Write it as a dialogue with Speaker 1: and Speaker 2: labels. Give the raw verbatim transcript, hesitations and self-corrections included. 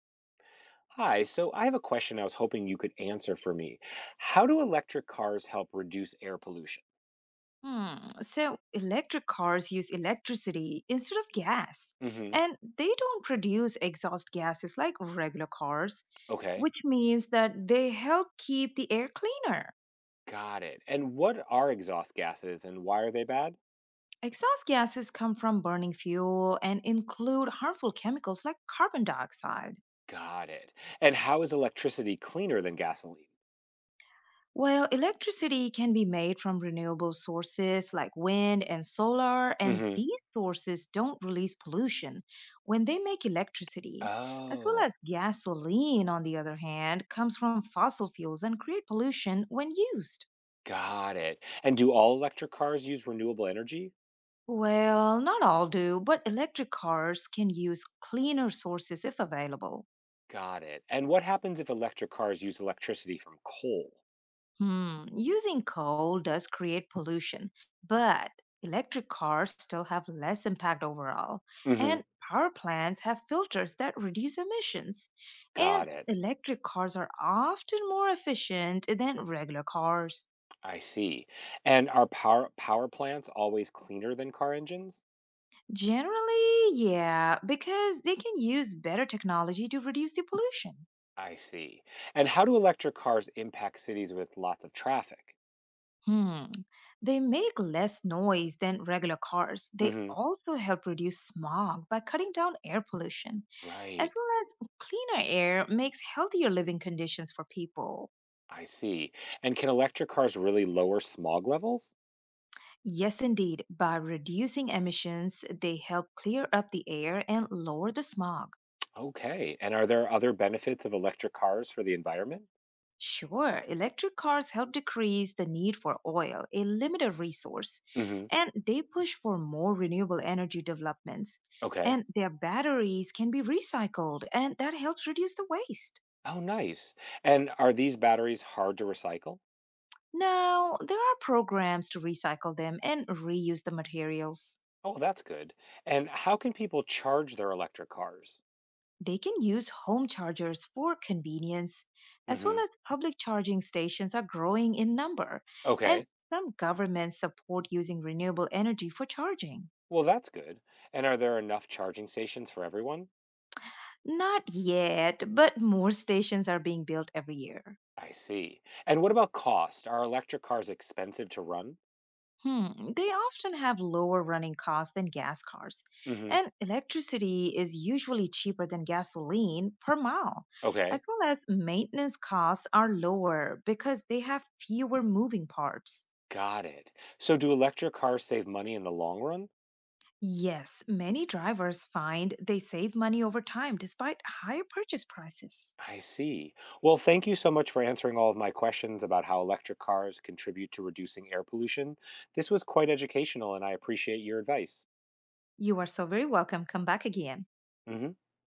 Speaker 1: Hi, so I have a question I was hoping you could answer for me. How do electric cars help reduce air pollution?
Speaker 2: Hmm. So electric cars use electricity instead of gas,
Speaker 1: Hmm.
Speaker 2: and they don't produce exhaust gases like regular cars,
Speaker 1: Okay,
Speaker 2: which means that they help keep the air cleaner.
Speaker 1: got it. And what are exhaust gases and why are they bad?
Speaker 2: Exhaust gases come from burning fuel and include harmful chemicals like carbon dioxide.
Speaker 1: Got it. And how is electricity cleaner than gasoline?
Speaker 2: Well, electricity can be made from renewable sources like wind and solar, and
Speaker 1: Hmm.
Speaker 2: these sources don't release pollution when they make electricity. As
Speaker 1: Oh,
Speaker 2: well as gasoline, on the other hand, comes from fossil fuels and create pollution when used.
Speaker 1: got it. And do all electric cars use renewable energy?
Speaker 2: Well, not all do, but electric cars can use cleaner sources if available.
Speaker 1: Got it. And what happens if electric cars use electricity from coal?
Speaker 2: Hmm, using coal does create pollution, but electric cars still have less impact overall.
Speaker 1: Hmm.
Speaker 2: And power plants have filters that reduce emissions. And
Speaker 1: Got it.
Speaker 2: electric cars are often more efficient than regular cars.
Speaker 1: I see. And are power power plants always cleaner than car engines?
Speaker 2: Generally, yeah, because they can use better technology to reduce the pollution.
Speaker 1: I see. And how do electric cars impact cities with lots of traffic?
Speaker 2: Hmm. They make less noise than regular cars. They
Speaker 1: Hmm.
Speaker 2: also help reduce smog by cutting down air pollution, as
Speaker 1: Right.
Speaker 2: well as cleaner air makes healthier living conditions for people.
Speaker 1: I see. And can electric cars really lower smog levels?
Speaker 2: Yes, indeed, by reducing emissions, they help clear up the air and lower the smog.
Speaker 1: Okay. And are there other benefits of electric cars for the environment?
Speaker 2: Sure, electric cars help decrease the need for oil, a limited resource,
Speaker 1: Hmm.
Speaker 2: and they push for more renewable energy developments.
Speaker 1: Okay.
Speaker 2: And their batteries can be recycled, and that helps reduce the waste.
Speaker 1: Oh, nice. And are these batteries hard to recycle?
Speaker 2: Now, there are programs to recycle them and reuse the materials.
Speaker 1: Oh, that's good. And how can people charge their electric cars?
Speaker 2: They can use home chargers for convenience, as well
Speaker 1: Hmm.
Speaker 2: as public charging stations are growing in number,
Speaker 1: Okay.
Speaker 2: and some governments support using renewable energy for charging.
Speaker 1: Well, that's good. And are there enough charging stations for everyone?
Speaker 2: Not yet, but more stations are being built every year.
Speaker 1: I see. And what about cost? Are electric cars expensive to run?
Speaker 2: Hmm, they often have lower running costs than gas cars,
Speaker 1: Hmm.
Speaker 2: and electricity is usually cheaper than gasoline per mile, as
Speaker 1: Okay,
Speaker 2: well as maintenance costs are lower because they have fewer moving parts.
Speaker 1: got it. So do electric cars save money in the long run?
Speaker 2: Yes, many drivers find they save money over time despite higher purchase prices.
Speaker 1: I see. Well, thank you so much for answering all of my questions about how electric cars contribute to reducing air pollution. This was quite educational, and I appreciate your advice.
Speaker 2: You are so very welcome. Come back again.
Speaker 1: Hmm.